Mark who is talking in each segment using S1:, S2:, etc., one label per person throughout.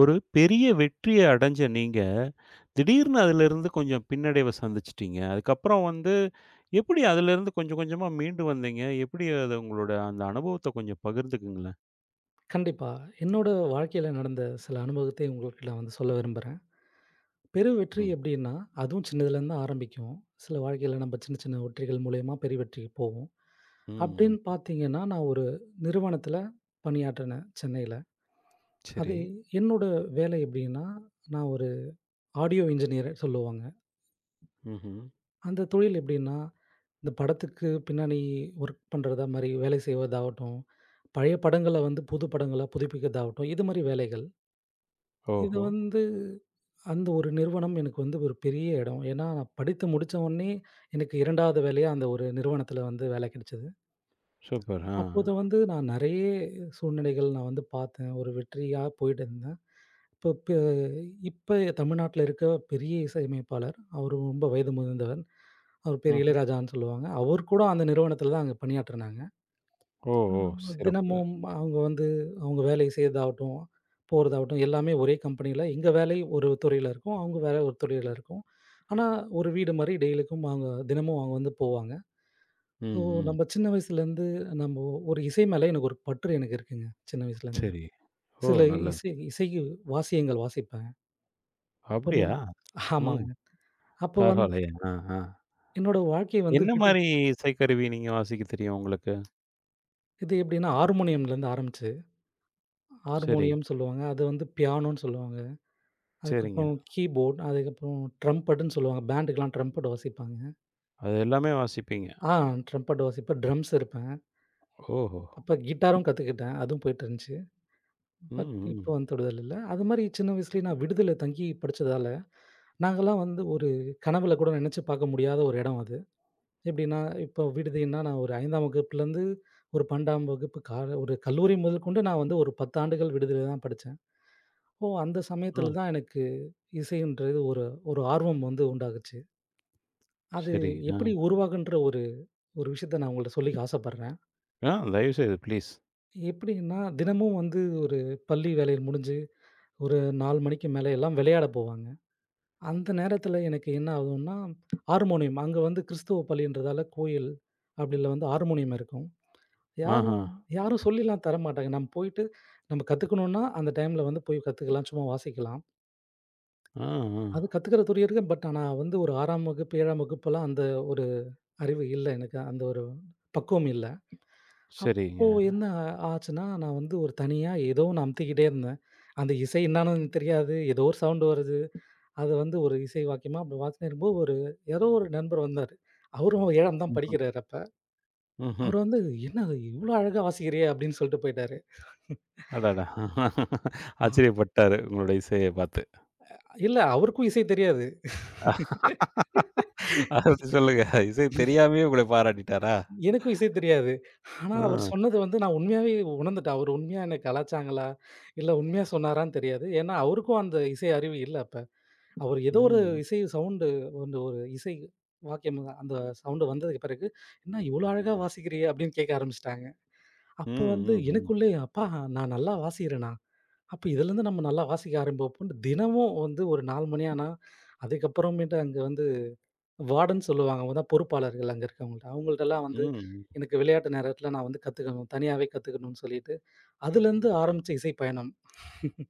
S1: ஒரு பெரிய வெற்றிய அடைஞ்ச நீங்க, திடீர்னு அதிலிருந்து கொஞ்சம் பின்னடைவ சந்திச்சுட்டீங்க. அதுக்கப்புறம் வந்து எப்படி அதிலிருந்து கொஞ்சம் கொஞ்சமா மீண்டு வந்தீங்க? எப்படி அது உங்களோட அந்த அனுபவத்த கொஞ்சம் பகிர்ந்துக்குங்களேன்?
S2: கண்டிப்பா. என்னோட வாழ்க்கையில நடந்த சில அனுபவத்தை உங்களுக்கு நான் சொல்ல விரும்புறேன். பெரு வெற்றி
S1: ம்.
S2: எப்படின்னா, அதுவும் சின்னதுலேருந்து ஆரம்பிக்கும். சில வாழ்க்கையில நம்ம சின்ன சின்ன வெற்றிகள் மூலியமா பெரிய வெற்றிக்கு போவோம்.
S1: ம்.
S2: அப்படின்னு பார்த்தீங்கன்னா, நான் ஒரு நிறுவனத்தில பணியாற்றினேன் சென்னையில.
S1: சரி.
S2: அது என்னோட வேலை எப்படின்னா, நான் ஒரு ஆடியோ இன்ஜினியர் சொல்லுவாங்க.
S1: ம்ஹ்ம்.
S2: அந்த தொழில் எப்படின்னா, இந்த படத்துக்கு பின்னாடி ஒர்க் பண்றதா மாரி வேலை செய்வதாகட்டும், பழைய படங்கள வந்து புது படங்களா புதுப்பிக்கிறதாகட்டும், இது மாரி வேலைகள். இது
S1: ஓஹோ!
S2: வந்து அந்த ஒரு நிறுவனம் எனக்கு வந்து ஒரு பெரிய இடம். ஏன்னா, நான் படித்து முடிச்ச உடனே எனக்கு 2வது வேலையா அந்த ஒரு நிறுவனத்தில வந்து வேலை கிடைச்சது.
S1: சூப்பர். ஆ.
S2: அப்போது வந்து நான் நெறைய சூழ்நிலைகள் நான் வந்து பார்த்தேன். ஒரு வெற்றியா போயிட்டு இருந்தேன். இப்போ ப இப்ப தமிழ்நாட்டில இருக்க பெரிய இசையமைப்பாளர். அவரு ரொம்ப வயது முதிர்ந்தவர். அவர் பேரு
S1: ம்ஹ்ம்.
S2: இளையராஜான்னு சொல்லுவாங்க. அவர் கூட அந்த நிறுவனத்தில தான் அங்க பணியாற்றுனாங்க.
S1: ஓ! ஓ!
S2: ஆமா.
S1: சிறப்பு.
S2: தினமும் அவங்க வந்து அவங்க வேலைய செய்றதாகட்டும், போறதாகட்டும் எல்லாமே ஒரே கம்பெனியில எங்க வேலை ஒரு துறையில இருக்கும். அவங்க வேலை ஒரு துறையில இருக்கும். ஆனா, ஒரு வீடு மாரி டெய்லிக்கும் அவங்க தினமும் அவங்க வந்து போவாங்க.
S1: ம்.
S2: ஸோ,
S1: ம்.
S2: நம்ம சின்ன வயசுலேருந்து நம்ம ஒரு இசை மேல எனக்கு ஒரு பற்று எனக்கு இருக்குங்க. சின்ன வயசுலேருந்து.
S1: சரி. ஓ!
S2: சில
S1: நல்லது.
S2: இசை இசை வாசியங்கள் வாசிப்பேன்.
S1: அப்படியா?
S2: அப்புறம்
S1: ம்.
S2: ஆமாங்க. அப்போ வந்து
S1: பரவாயில்லையே. ஆ, ஆ.
S2: என்னோட வாழ்க்கை வந்து
S1: என்ன
S2: விடு
S1: மாரி இசைக்கருவி நீங்க வாசிக்க தெரியும் உங்களுக்கு?
S2: இது எப்படின்னா ஹார்மோனியம்லேருந்து ஆரம்பிச்சது.
S1: சரி.
S2: ஹார்மோனியம் சொல்லுவாங்க. அது வந்து பியானோன்னு சொல்லுவாங்க.
S1: சரிங்க.
S2: அதுக்கப்புறம் கீபோர்ட், அதுக்கப்புறம் ட்ரம்பட்டுன்னு சொல்லுவாங்க. பேண்டுக்குலாம் ட்ரம்பட் வாசிப்பாங்க.
S1: அது எல்லாமே வாசிப்பீங்க.
S2: ஆ ட்ரம்பட் வாசிப்பேன், ட்ரம்ஸ் இருப்பேன்.
S1: ஓஹோ!
S2: அப்ப கிட்டாரும் கத்துக்கிட்டேன். அதுவும் போயிட்டுருந்துச்சு. பட்
S1: ம்,
S2: இப்போ
S1: ம்.
S2: வந்து தொடுதல் இல்ல. அதுமாரி சின்ன வயசுலயே நான் விடுதில தங்கி படிச்சதால, நாங்கலாம் வந்து ஒரு கனவுல கூட நெனச்சு பார்க்க முடியாத ஒரு இடம் அது. எப்டின்னா, இப்போ விடுதின்னா நான் ஒரு 5ஆம் வகுப்புலேருந்து ஒரு 12ஆம் வகுப்பு கால ஒரு கல்லூரி முதற்கொண்டு நான் வந்து ஒரு 10 ஆண்டுகள் விடுதில தான் படிச்சேன். ஓ! அந்த
S1: ஆ,
S2: சமயத்தில தான் எனக்கு இசைன்றது ஒரு ஒரு ஆர்வம் வந்து உண்டாகுச்சு. அது
S1: சரி. ஆ,
S2: எப்படி உருவாகுன்ற ஒரு ஒரு விஷயத்த நான் உங்கள்ட்ட சொல்லிக்க ஆசைப்படுறேன்.
S1: ஆ தயவுசெய்து ப்ளீஸ்.
S2: எப்படின்னா, தினமும் வந்து ஒரு பள்ளி வேலைகள் முடிஞ்சு, ஒரு 4 மணிக்கு மேல எல்லாம் விளையாட போவாங்க. அந்த நேரத்தில எனக்கு என்ன ஆகும்னா, ஹார்மோனியம் அங்க வந்து கிறிஸ்துவ பள்ளின்றதால கோயில், அப்படில வந்து ஹார்மோனியம் இருக்கும்.
S1: ஆஹா.
S2: யாரும் யாரும் சொல்லிலாம் தரமாட்டாங்க. நம்ம போயிட்டு நம்ம கத்துக்கணும்னா, அந்த டைம்ல வந்து போய் கத்துக்கலாம். சும்மா வாசிக்கலாம்.
S1: ஆ, ஆ.
S2: அது கத்துக்கிற துரிய இருக்கு. பட் ஆனா வந்து ஒரு 6ஆம் வகுப்பு, 7ஆம் வகுப்புலாம் அந்த ஒரு அறிவு இல்ல எனக்கு. அந்த ஒரு பக்குவம் இல்ல.
S1: சரிங்க.
S2: அப்போ என்ன ஆச்சுன்னா, நான் வந்து ஒரு தனியா ஏதோ ஒண்ணு அமுத்திக்கிட்டே இருந்தேன். அந்த இசை என்னான்னு எனக்கு தெரியாது. ஏதோ ஒரு சவுண்ட் வருது. அது வந்து ஒரு இசை வாக்கியமா அப்படி வாசிச்சுனே இருக்கும்போது, ஒரு யாரோ ஒரு நண்பர் வந்தாரு. அவரும் 7ஆம் தான்
S1: ம்ஹ்ம்.
S2: படிக்கிறாரு அப்ப.
S1: ம்ஹ்ம்.
S2: அவர் வந்து, "என்ன இது இவ்ளோ அழகா வாசிக்கிறியே?" அப்படின்னு சொல்லிட்டு போயிட்டாரு.
S1: அடடா!
S2: அ
S1: ஆச்சரியப்பட்டாரு உங்களுடைய இசைய பார்த்து.
S2: இல்ல அவருக்கும் இசை தெரியாது.
S1: அப்படி சொல்லுங்க. இசை தெரியாமயே உங்களை பாராட்டிட்டாரா?
S2: எனக்கும் இசை தெரியாது. ஆனா
S1: ஆ.
S2: அவர் சொன்னது வந்து நான் உண்மையாவே உணர்ந்துட்டேன். அவர் உண்மையா என்ன கலாய்ச்சாங்களா? இல்ல உண்மையா சொன்னாரான்னு தெரியாது. ஏன்னா அவருக்கும் அந்த இசை அறிவு இல்ல அப்ப. அவரு ஏதோ ஒரு
S1: ம்.
S2: இசை சவுண்டு வந்து ஒரு இசை வாக்கியம் அந்த ஆமா. சவுண்டு வந்ததுக்கு பிறகு, "என்ன இவ்ளோ அழகா வாசிக்கிறியே?" அப்படின்னு கேட்க ஆரம்பிச்சுட்டாங்க.
S1: ம்,
S2: அப்போ வந்து
S1: ம், ம்.
S2: எனக்குள்ளே, "அப்பா நான் நல்லா வாசிக்கிறேனா? அப்ப இதுலருந்து நம்ம நல்லா வாசிக்க ஆரம்பிப்போம்ன்னு" தினமும் வந்து ஒரு 4 மணி ஆனா, அதுக்கப்புறமேட்டு அங்க வந்து வார்டன் சொல்லுவாங்க. அவங்க தான் பொறுப்பாளர்கள் அங்க இருக்கவங்கள்ட்ட. அவங்கள்ட்டலாம் வந்து
S1: ம்,
S2: எனக்கு விளையாட்டு நேரத்தில நான் வந்து கத்துக்கணும். தனியாவே கத்துக்கணும்னு சொல்லிட்டு, அதுலருந்து ஆரம்பிச்ச இசை பயணம்.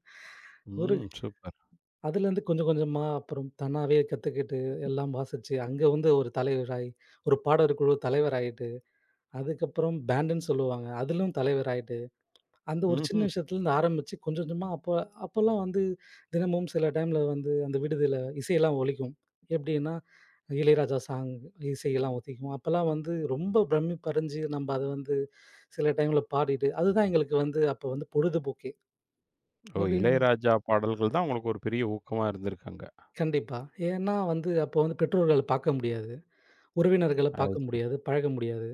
S2: ஒரு
S1: ம். சூப்பர்.
S2: அதுலேருந்து கொஞ்சம் கொஞ்சமா அப்புறம் தன்னாவே கத்துக்கிட்டு, எல்லாம் வாசிச்சு, அங்க வந்து ஒரு தலைவராயி, ஒரு பாடற் குழு தலைவராயிட்டு, அதுக்கப்புறம் பேண்டுன்னு சொல்லுவாங்க. அதிலும் தலைவராயிட்டு, அந்த ஒரு சின்ன
S1: ம்ஹ்ம்.
S2: விஷயத்துலேருந்து ஆரம்பிச்சு கொஞ்சம் கொஞ்சமா அப்ப அப்பல்லாம் வந்து தினமும் சில டைம்ல வந்து அந்த விடுதியில இசையெல்லாம் ஒலிக்கும். எப்படின்னா, இளையராஜா சாங் இசையெல்லாம் ஒலிக்கும். அப்பல்லாம் வந்து ரொம்ப பிரமிப்படைஞ்சு நம்ப அத வந்து சில டைம்ல பாடிட்டு, அதுதான் எங்களுக்கு வந்து அப்ப வந்து பொழுதுபோக்கே.
S1: ஓ!
S2: எப்படின்னா
S1: இளையராஜா பாடல்கள் தான் உங்களுக்கு ஒரு பெரிய ஊக்கமா இருந்திருக்கு அங்க.
S2: கண்டிப்பா. ஏன்னா வந்து அப்போ வந்து பெற்றோர்கள பார்க்க முடியாது. உறவினர்கள
S1: அது
S2: பார்க்க
S1: சரி.
S2: முடியாது, பழக முடியாது.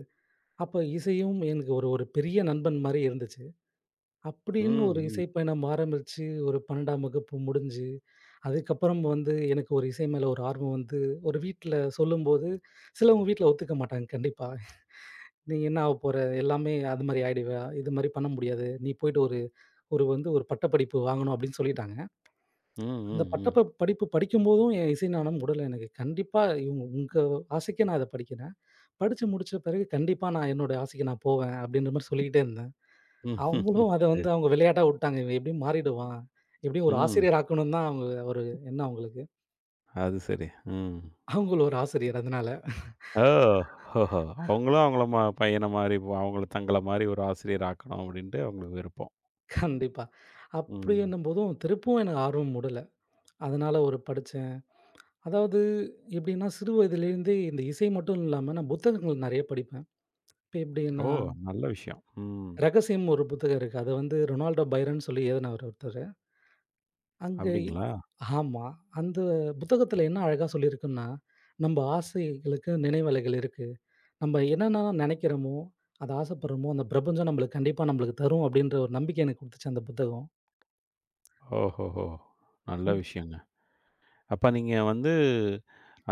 S2: அப்ப இசையும் எனக்கு ஒரு ஒரு பெரிய நண்பன் மாரி இருந்துச்சு. அப்படின்னு
S1: ம்,
S2: ஒரு
S1: ம்.
S2: இசை பயணம் ஆரம்பிச்சு, ஒரு 12ஆம் வகுப்பு முடிஞ்சு, அதுக்கப்புறம் வந்து எனக்கு ஒரு இசை மேல ஒரு ஆர்வம் வந்து ஒரு வீட்ல சொல்லும்போது, சிலவங்க வீட்ல ஒத்துக்க மாட்டாங்க கண்டிப்பா. "நீ என்ன ஆவப்போற? எல்லாமே அது மாரி ஆயிடுவ. இது மாரி பண்ண முடியாது. நீ போயிட்டு ஒரு ஒரு வந்து ஒரு பட்ட படிப்பு வாங்கணும்." அப்படின்னு சொல்லிட்டாங்க.
S1: ம்,
S2: அந்த பட்ட
S1: ம்,
S2: ப படிப்பு படிக்கும்போதும் என் இசை நாணம் உடல எனக்கு. கண்டிப்பா இவங்க உங்க ஆசைக்கே நான் அத படிக்கிறேன். படிச்சு முடிச்ச பிறகு கண்டிப்பா நான் என்னோட ஆசைக்கு நான் போவேன் அப்படின்ற மாரி சொல்லிக்கிட்டே இருந்தேன்.
S1: ம்.
S2: அவங்களும் அத
S1: சரி.
S2: வந்து அவங்க விளையாட்டா விட்டாங்க. இவன் எப்படியும் மாறிடுவான். எப்படியும் ஒரு
S1: ம்.
S2: ஆசிரியர் ஆக்கணும்னு தான் அவங்க ஒரு எண்ணம் அவங்களுக்கு.
S1: அது சரி. ம்.
S2: அவங்களும் ஒரு ஆசிரியர் அதனால.
S1: ஓ! ஓஹோ! அவங்களும் அவங்கள பையன மாரி, அவங்கள தங்கள மாரி ஒரு ஆசிரியர் ஆக்கணும் அப்படின்ட்டு அவங்களுக்கு விருப்பம்.
S2: கண்டிப்பா.
S1: ம்.
S2: அப்படின்னும்போதும் திருப்பவும் எனக்கு ஆர்வம் மூடல. அதனால ஒரு படிச்சேன். அதாவது எப்படின்னா சிறு வயதிலேருந்தே இந்த இசை மட்டும் இல்லாம நான் புத்தகங்கள் நெறைய படிப்பேன். இப்ப
S1: ஓ!
S2: எப்படின்னா,
S1: நல்ல விஷயம். ம்.
S2: ரகசியம் ஒரு புத்தகம் இருக்கு. அது வந்து ரொனால்டோ பைரன் சொல்லி எழுதினவர் ஒருத்தர். அங்கே
S1: அப்படிங்களா?
S2: ஆமா. அந்த புத்தகத்தில என்ன அழகா சொல்லியிருக்குன்னா, நம்ப ஆசைகளுக்கு நினைவலைகள் இருக்கு. நம்ம என்னென்ன நெனைக்கிறோமோ, அத ஆசைப்படுறோமோ, அந்த பிரபஞ்சம் நம்மளுக்கு கண்டிப்பா நம்மளுக்கு தரும் அப்டின்ற ஒரு நம்பிக்கை எனக்கு குடுத்துச்சு அந்த புத்தகம்.
S1: ஓஹோஹோ! நல்ல
S2: ம்.
S1: விஷயங்க. அப்ப நீங்க வந்து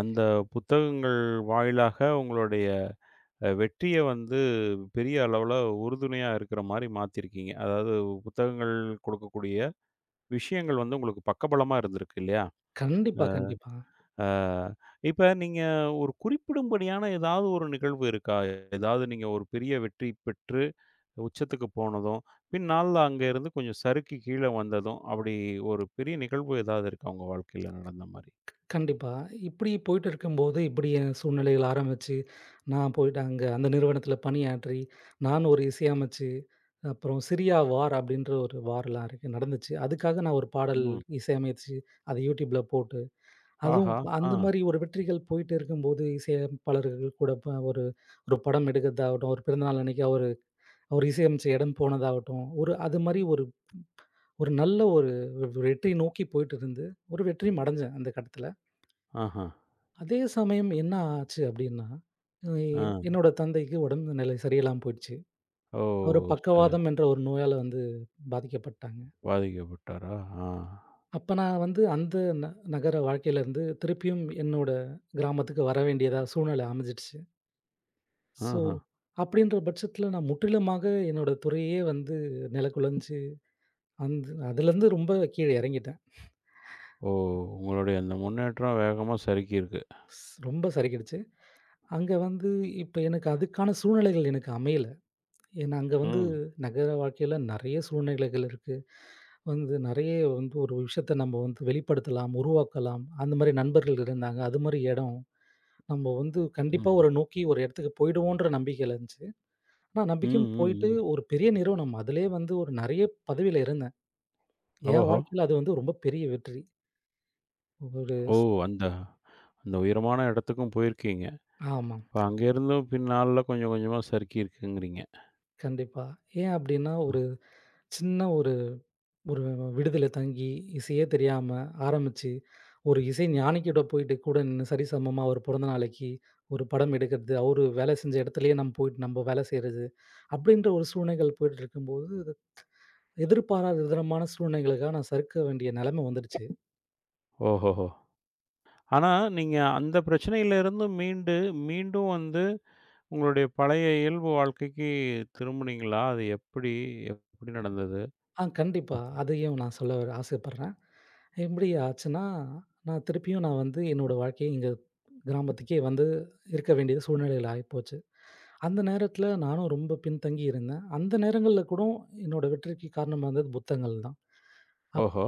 S1: அந்த புத்தகங்கள் வாயிலாக உங்களுடைய வெற்றிய வந்து பெரிய அளவுல உறுதுணையா இருக்கிற மாரி மாத்திருக்கீங்க. அதாவது புத்தகங்கள் கொடுக்கக்கூடிய விஷயங்கள் வந்து உங்களுக்கு பக்கபலமா இருந்திருக்கு இல்லையா?
S2: கண்டிப்பா, கண்டிப்பா.
S1: ஆ, இப்ப நீங்க ஒரு குறிப்பிடும்படியான ஏதாவது ஒரு நிகழ்வு இருக்கா? ஏதாவது நீங்க ஒரு பெரிய வெற்றி பெற்று உச்சத்துக்கு போனதும், பின்னாள்ல அங்க இருந்து கொஞ்சம் சறுக்கி கீழ வந்ததும், அப்படி ஒரு பெரிய நிகழ்வு ஏதாவது இருக்கா உங்க வாழ்க்கையில நடந்த மாரி?
S2: கண்டிப்பா. இப்டி போயிட்டு இருக்கும்போது, இப்டி என் சூழ்நிலைகள் ஆரம்பிச்சு, நான் போயிட்டு அங்க அந்த நிறுவனத்தில பணியாற்றி, நான் ஒரு இசையமைச்சு, அப்புறம் சிரியா வார் அப்டின்ற ஒரு வார்லாம் இருக்கு நடந்துச்சு. அதுக்காக நான் ஒரு பாடல்
S1: ம்.
S2: இசையமைச்சு, அத YouTubeல போட்டு அதுவும்
S1: ஆஹா! ஆ.
S2: அந்த மாரி ஒரு வெற்றிகள் போயிட்டு இருக்கும்போது, இசையமைப்பாளர்கள் கூட ஒரு ஒரு படம் எடுக்கிறதாகட்டும், ஒரு பிறந்தநாள் அன்னைக்கு அவரு அவரு இசையமைச்ச இடம் போனதாகட்டும், ஒரு அது மாரி ஒரு ஒரு நல்ல ஒரு வெற்றி நோக்கி போயிட்டு இருந்து, ஒரு வெற்றியும் அடைஞ்சேன் அந்த கட்டத்துல.
S1: ஆஹா!
S2: அதே சமயம் என்ன ஆச்சு அப்டின்னா, அ
S1: ஆ.
S2: என்னோட தந்தைக்கு உடம்பு நிலை சரியில்லாம போயிடுச்சு.
S1: ஓ!
S2: அவரு
S1: சரி.
S2: பக்கவாதம் என்ற ஒரு நோயால வந்து பாதிக்கப்பட்டாங்க.
S1: பாதிக்கப்பட்டாரா? ஆ.
S2: அப்ப நான் வந்து அந்த ந நகர வாழ்க்கையிலருந்து திருப்பியும் என்னோட கிராமத்துக்கு வர வேண்டியதா சூழ்நிலை அமைஞ்சிடுச்சு. ஸோ,
S1: ஆஹா!
S2: அப்படின்ற பட்சத்தில நான் முற்றிலுமாக என்னோட துறையே வந்து நிலகுலஞ்சு, அந்த அதுலருந்து ரொம்ப கீழ இறங்கிட்டேன்.
S1: ஓ! உங்களுடைய அந்த முன்னேற்றம் வேகமா சறுக்கியிருக்கு.
S2: ரொம்ப சறுக்கிடுச்சு. அங்க வந்து இப்ப எனக்கு அதுக்கான சூழ்நிலைகள் எனக்கு அமையல. ஏன்னா அங்க வந்து
S1: ம்.
S2: நகர வாழ்க்கையில நெறைய சூழ்நிலைகள் இருக்கு. வந்து நெறைய வந்து ஒரு விஷயத்த நம்ம வந்து வெளிப்படுத்தலாம், உருவாக்கலாம். அந்த மாரி நண்பர்கள் இருந்தாங்க. அது மாரி இடம். நம்ம வந்து கண்டிப்பா
S1: ம்.
S2: ஒரு நோக்கி ஒரு இடத்துக்கு போயிடுவோன்ற நம்பிக்கையில இருந்துச்சு. ஆனா
S1: ம்,
S2: நம்பிக்கையும்
S1: ம்,
S2: போயிட்டு
S1: ம்.
S2: ஒரு பெரிய நிறுவனம். அதிலயே வந்து ஒரு நெறைய பதவியில இருந்தேன். என்
S1: ஓஹோ!
S2: வாழ்க்கையில அது வந்து ரொம்ப பெரிய வெற்றி. ஒரு
S1: ஓ!
S2: ஸ்
S1: அந்த அந்த உயரமான இடத்துக்கும் போயிருக்கீங்க.
S2: ஆமா.
S1: இப்ப அங்கேருந்தும் பின்னால கொஞ்சம் கொஞ்சமா சறுக்கியிருக்குங்கிறீங்க.
S2: கண்டிப்பா. ஏன் அப்டின்னா,
S1: அ.
S2: ஒரு சின்ன ஒரு ஒரு விடுதில தங்கி, இசையே தெரியாம ஆரம்பிச்சு, ஒரு இசை ஞானிகிட்ட போயிட்டு கூட நின்னு சரிசமமா ஒரு பிறந்த நாளைக்கு ஒரு படம் எடுக்கிறது, அவரு வேலை செஞ்ச இடத்துலயே நம்ம போயிட்டு நம்ம வேலை செய்றது, அப்டின்ற ஒரு சூழ்நிலைகள் போயிட்டு இருக்கும்போது, எதிர்பாராத விதமான சூழ்நிலைகளுக்காக நான் சறுக்க வேண்டிய நெலைம வந்துடுச்சு.
S1: ஓஹோஹோ! ஆனா, நீங்க அந்த பிரச்சனையில இருந்து மீண்டு, மீண்டும் வந்து உங்களுடைய பழைய இயல்பு வாழ்க்கைக்கு திரும்புனீங்களா? அது எப்படி? எப்படி நடந்தது?
S2: கண்டிப்பா. அதையும் நான் ஆசைப்படுறேன். எப்படி ஆச்சுன்னா, நான் திருப்பியும் வந்து என்னோட வாழ்க்கைய எங்க கிராமத்துக்கே வந்து இருக்க வேண்டிய சூழ்நிலையில ஆயிப்போச்சு. அந்த நேரத்தில நானும் ரொம்ப பின்தங்கி இருந்தேன். அந்த நேரங்கள்ல கூட என்னோட வெற்றிக்கு காரணமா இருந்தது புத்தகங்கள் தான். அப்
S1: ஓஹோ!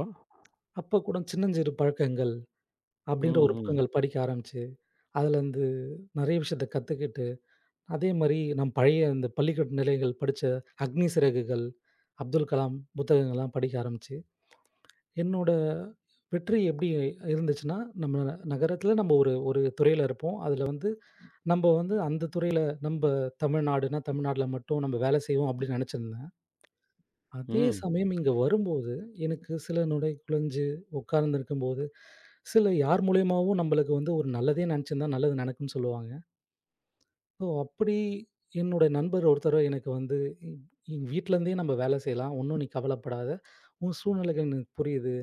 S2: அப்ப கூட "சின்னஞ்சிறு பழக்கங்கள்"
S1: ம்,
S2: அப்படின்ற ஒரு
S1: ம்.
S2: புத்தகங்கள் படிக்க ஆரம்பிச்சு, அதுலேருந்து நெறைய விஷயத்த கத்துக்கிட்டு, அதே மாரி நம் பழைய இந்த பள்ளிக்கூட நிலைகள் படிச்ச "அக்னி சிறகுகள்", அப்துல் கலாம் புத்தகங்கள்லாம் படிக்க ஆரம்பிச்சேன். என்னோட வெற்றி எப்படி இருந்துச்சுன்னா, நம்ம நகரத்தில நம்ம ஒரு ஒரு துறையில இருப்போம். அதில வந்து நம்ம வந்து அந்த துறையில நம்ம தமிழ்நாடுனா, தமிழ்நாட்டில மட்டும் நம்ம வேலை செய்வோம் அப்படின்னு நினச்சிருந்தேன். அதே
S1: ம்.
S2: சமயம் இங்க வரும்போது, எனக்கு சில நொடி குழஞ்சு உட்கார்ந்திருக்கும்போது, சில யார் மூலியமாவும் நம்மளுக்கு வந்து ஒரு நல்லதே நினச்சிருந்தா நல்லது நடக்கும்னு சொல்லுவாங்க. ஸோ அப்படி என்னோட நண்பர் ஒருத்தர் எனக்கு வந்து, "எங்க வீட்லேருந்தே நம்ம வேலை செய்யலாம். ஒண்ணும் நீ கவலைப்படாத. உன் சூழ்நிலைகள் எனக்கு புரியுது."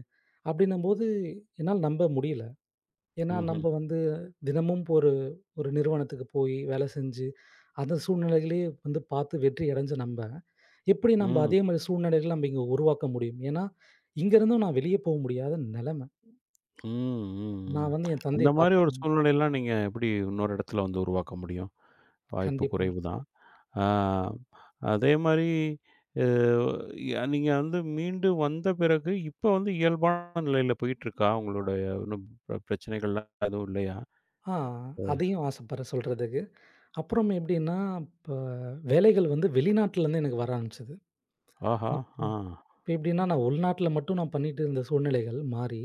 S2: அப்படின்னும்போது என்னால நம்ப முடியல. ஏன்னா,
S1: ம்ஹ்ம்.
S2: நம்ப வந்து தினமும் ஒரு ஒரு நிறுவனத்துக்கு போய் வேலை செஞ்சு, அந்த சூழ்நிலைகளையே வந்து பார்த்து வெற்றி அடைஞ்ச நம்ப, எப்படி நம்ப
S1: ம்.
S2: அதே மாரி சூழ்நிலைகள நம்ம இங்க உருவாக்க முடியும்? ஏன்னா, இங்கேருந்தும் நான் வெளிய போ முடியாத நெலம.
S1: ம், ம், ம்.
S2: நான் வந்து என்
S1: அந்த
S2: தந்தைய
S1: மாரி ஒரு
S2: பார்த்துக்கணும்.
S1: சூழ்நிலைலாம் நீங்க எப்படி இன்னொரு இடத்துல வந்து உருவாக்க முடியும்? வாய்ப்பு
S2: கண்டிப்பா.
S1: குறைவு தான். ஆ. அதே மாரி அ ய நீங்க வந்து மீண்டு வந்த பிறகு, இப்ப வந்து இயல்பான நிலையில போயிட்டுருக்கா? உங்களுடைய ஒண்ணும் பிரச்சனைகள்லாம் எதுவும் இல்லையா?
S2: ஆ
S1: அ
S2: அதையும் ஆசைப்பட்றேன் சொல்றதுக்கு. அப்புறம் எப்படின்னா, இப்ப வேலைகள் வந்து வெளிநாட்டுலேருந்து எனக்கு வர ஆரம்பிச்சது.
S1: ஆஹா!
S2: இப்ப
S1: ஆ.
S2: இப்ப எப்படின்னா, நான் உள்நாட்ல மட்டும் பண்ணிட்டு இருந்த சூழ்நிலைகள் மாறி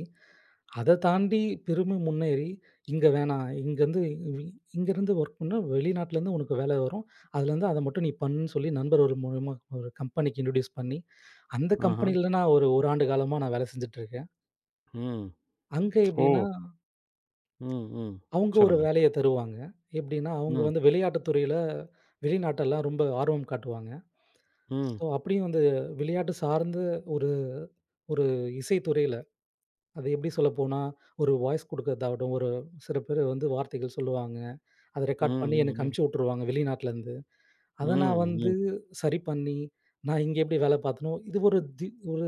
S2: அத தாண்டி திரும்பி முன்னேறி, இங்க வேணாம். வி இங்கருந்து வொர்க் பண்ணா வெளிநாட்டுலருந்து உனக்கு வேலை வரும். அதுலருந்து அத மட்டும் நீ பண்ணுன்னு சொல்லி நண்பர் ஒரு மூலியமா ஒரு கம்பெனிக்கு இன்ட்ரோடியூஸ் பண்ணி, அந்த
S1: ஆஹா!
S2: கம்பெனில நான் ஒரு 1 ஆண்டு காலமா நான் வேலை செஞ்சுட்டுருக்கேன்.
S1: ம்.
S2: அங்க எப்படின்னா,
S1: ஓ! ம், ம்.
S2: அவங்க ஒரு
S1: சொல்லுங்க.
S2: வேலைய தருவாங்க. எப்படின்னா, அவங்க
S1: ம்,
S2: வந்து விளையாட்டு துறையில வெளிநாட்டெல்லாம் ரொம்ப ஆர்வம் காட்டுவாங்க.
S1: ம்,
S2: ஸோ, அப்படியும் வந்து விளையாட்டு சார்ந்த ஒரு ஒரு இசை துறையில, அது எப்படி சொல்லப்போனா, ஒரு வாய்ஸ் குடுக்கறதாகட்டும், ஒரு சில பேர் வந்து வார்த்தைகள் சொல்லுவாங்க. அத
S1: ம்,
S2: ரெக்கார்ட் பண்ணி
S1: ம்,
S2: எனக்கு
S1: ம்,
S2: அனுப்பிச்சு விட்டுருவாங்க வெளிநாட்டுலருந்து. அத நான்
S1: ம்,
S2: வந்து
S1: ம்.
S2: சரி பண்ணி, நான் இங்க எப்படி வேலை பார்த்தனோ, இது ஒரு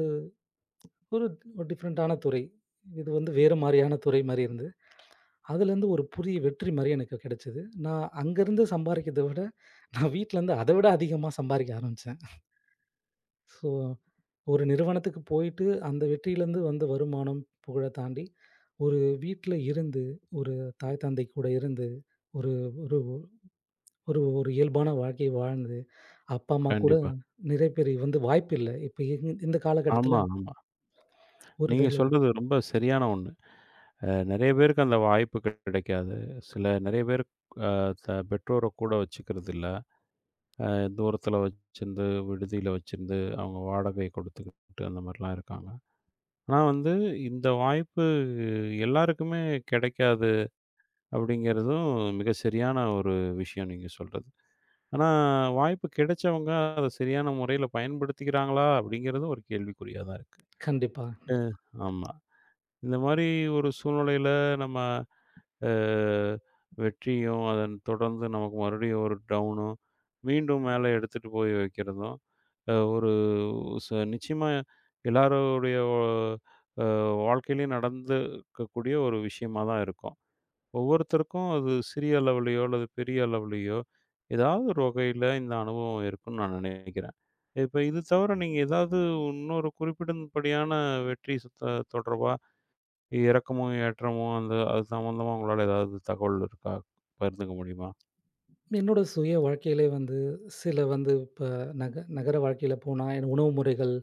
S2: ஒரு ஒரு டிஃப்ரெண்டான துறை. இது வந்து வேறு மாரியான துறை மாரி இருந்தது. அதுலேருந்து ஒரு புதிய வெற்றி மாரி எனக்கு கிடைச்சது. நான் அங்கருந்து சம்பாரிக்கிறத விட, நான் வீட்லருந்து அத விட அதிகமா சம்பாரிக்க ஆரம்பிச்சேன். ஸோ, ஒரு நிறுவனத்துக்கு போயிட்டு அந்த வெற்றியிலேருந்து வந்த வருமானம், புகழ தாண்டி, ஒரு வீட்ல இருந்து, ஒரு தாய் தந்தை கூட இருந்து, ஒரு ஒரு ஒரு ஒரு இயல்பான வாழ்க்கை வாழ்ந்து அப்பா, அம்மா கூட
S1: கண்டிப்பா.
S2: நிறைய பேரு வந்து வாய்ப்பு இல்ல. இப்ப இந் இந்த காலகட்டத்தில
S1: ஆமா, ஆமா.
S2: ஒரு
S1: நீங்க
S2: வேலை இது.
S1: சொல்றது ரொம்ப சரியான ஒண்ணு. நெறைய பேருக்கு அந்த வாய்ப்பு கிடைக்காது. சில நெறைய பேர் அ த பெற்றோர கூட வச்சுக்கிறதில்ல. தூரத்தில் வச்சிருந்து, விடுதியில வச்சிருந்து, அவங்க வாடகை கொடுத்துக்கிட்டு அந்த மாரிலாம் இருக்காங்க. ஆனா வந்து இந்த வாய்ப்பு எல்லாருக்குமே கிடைக்காது அப்படிங்கிறதும் மிக சரியான ஒரு விஷயம் நீங்க சொல்றது. ஆனா வாய்ப்பு கிடைச்சவங்க அத சரியான முறையில பயன்படுத்திக்கிறாங்களா? அப்படிங்கிறதும் ஒரு கேள்விக்குறியா தான் இருக்கு.
S2: கண்டிப்பா,
S1: அ
S2: கண்டிப்பா.
S1: ஆமா. இந்த மாரி ஒரு சூழ்நிலையில நம்ம அ வெற்றியும், அதன் தொடர்ந்து நமக்கு மறுபடியும் ஒரு டவுனும், மீண்டும் மேல எடுத்துட்டு போய் வைக்கிறதும் ஒரு நிச்சயமா எல்லாருடைய அ வாழ்க்கையிலயும் நடந்துக்கக்கூடிய ஒரு விஷயமா தான் இருக்கும். ஒவ்வொருத்தருக்கும் அது சிறிய அளவுலயோ அல்லது பெரிய அளவுலயோ, ஏதாவது ஒரு வகையில இந்த அனுபவம் இருக்கும்னு நான் நினைக்கிறேன். இப்ப இது தவிர நீங்க ஏதாவது இன்னொரு குறிப்பிடும்படியான வெற்றி தொடர்பா இறக்கமும், ஏற்றமும் அந்த அது சம்மந்தமா உங்களால ஏதாவது தகவல் இருக்கா? பகிர்ந்துக்க முடியுமா?
S2: என்னோட சுய வாழ்க்கையிலே வந்து சில வந்து இப்ப நகர வாழ்க்கையில போனா, எனக்கு உணவு முறைகள்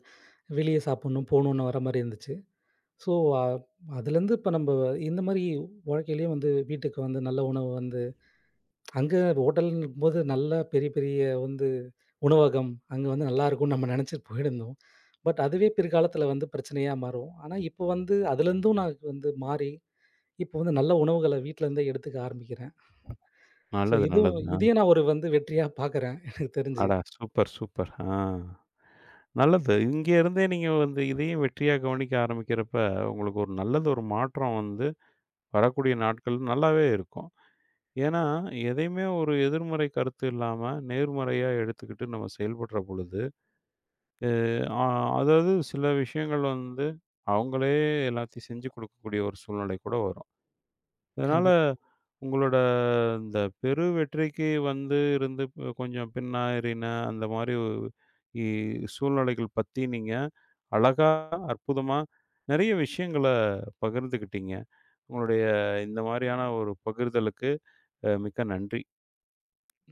S2: வெளிய சாப்புட்ணும், போணும்னு வர மாரி இருந்துச்சு. ஸோ, அ அதுலேருந்து இப்ப நம்ப இந்த மாரி வாழ்க்கையிலேயே வந்து வீட்டுக்கு வந்து நல்ல உணவு வந்து அங்க ஹோட்டல்ங்கும்போது நல்லா பெரிய, பெரிய வந்து உணவகம், அங்க வந்து நல்லாருக்கும்னு நம்ம நெனச்சுட்டு போயிருந்தோம். பட் அதுவே பிற்காலத்துல வந்து பிரச்சனையா மாறும். ஆனா, இப்போ வந்து அதுலருந்தும் நான் வந்து மாறி, இப்போ வந்து நல்ல உணவுகள வீட்ல இருந்தே எடுத்துக்க ஆரம்பிக்கிறேன். ஸோ
S1: நல்லது, நல்லது.
S2: இதுவும் இதையும் நான் ஒரு வந்து வெற்றியா பாக்குறேன், எனக்கு தெரிஞ்சு.
S1: அடா! Super, super. ஆ. நல்லது. இங்க இருந்தே நீங்க வந்து இதையும் வெற்றியா கவனிக்க ஆரம்பிக்கிறப்ப, உங்களுக்கு ஒரு நல்லது ஒரு மாற்றம் வந்து வரக்கூடிய நாட்கள் நல்லாவே இருக்கும். ஏன்னா, எதையுமே ஒரு எதிர்மறை கருத்து இல்லாம, நேர்மறையா எடுத்துக்கிட்டு நம்ம செயல்படுற பொழுது, அ அ அதாவது சில விஷயங்கள் வந்து, அவங்களே எல்லாத்தையும் செஞ்சு குடுக்கக்கூடிய ஒரு சூழ்நிலை கூட வரும். இதனால,
S2: கண்டிப்பா.
S1: உங்களோட இந்த பெரு வெற்றிக்கு வந்து இருந்து கொஞ்சம் பின்னாறின அந்த மாரி இ சூழ்நிலைகள் பத்தி நீங்க அழகா, அற்புதமா நெறைய விஷயங்கள பகிர்ந்துக்கிட்டீங்க. உங்களுடைய இந்த மாரியான ஒரு பகிர்தலுக்கு மிக்க நன்றி.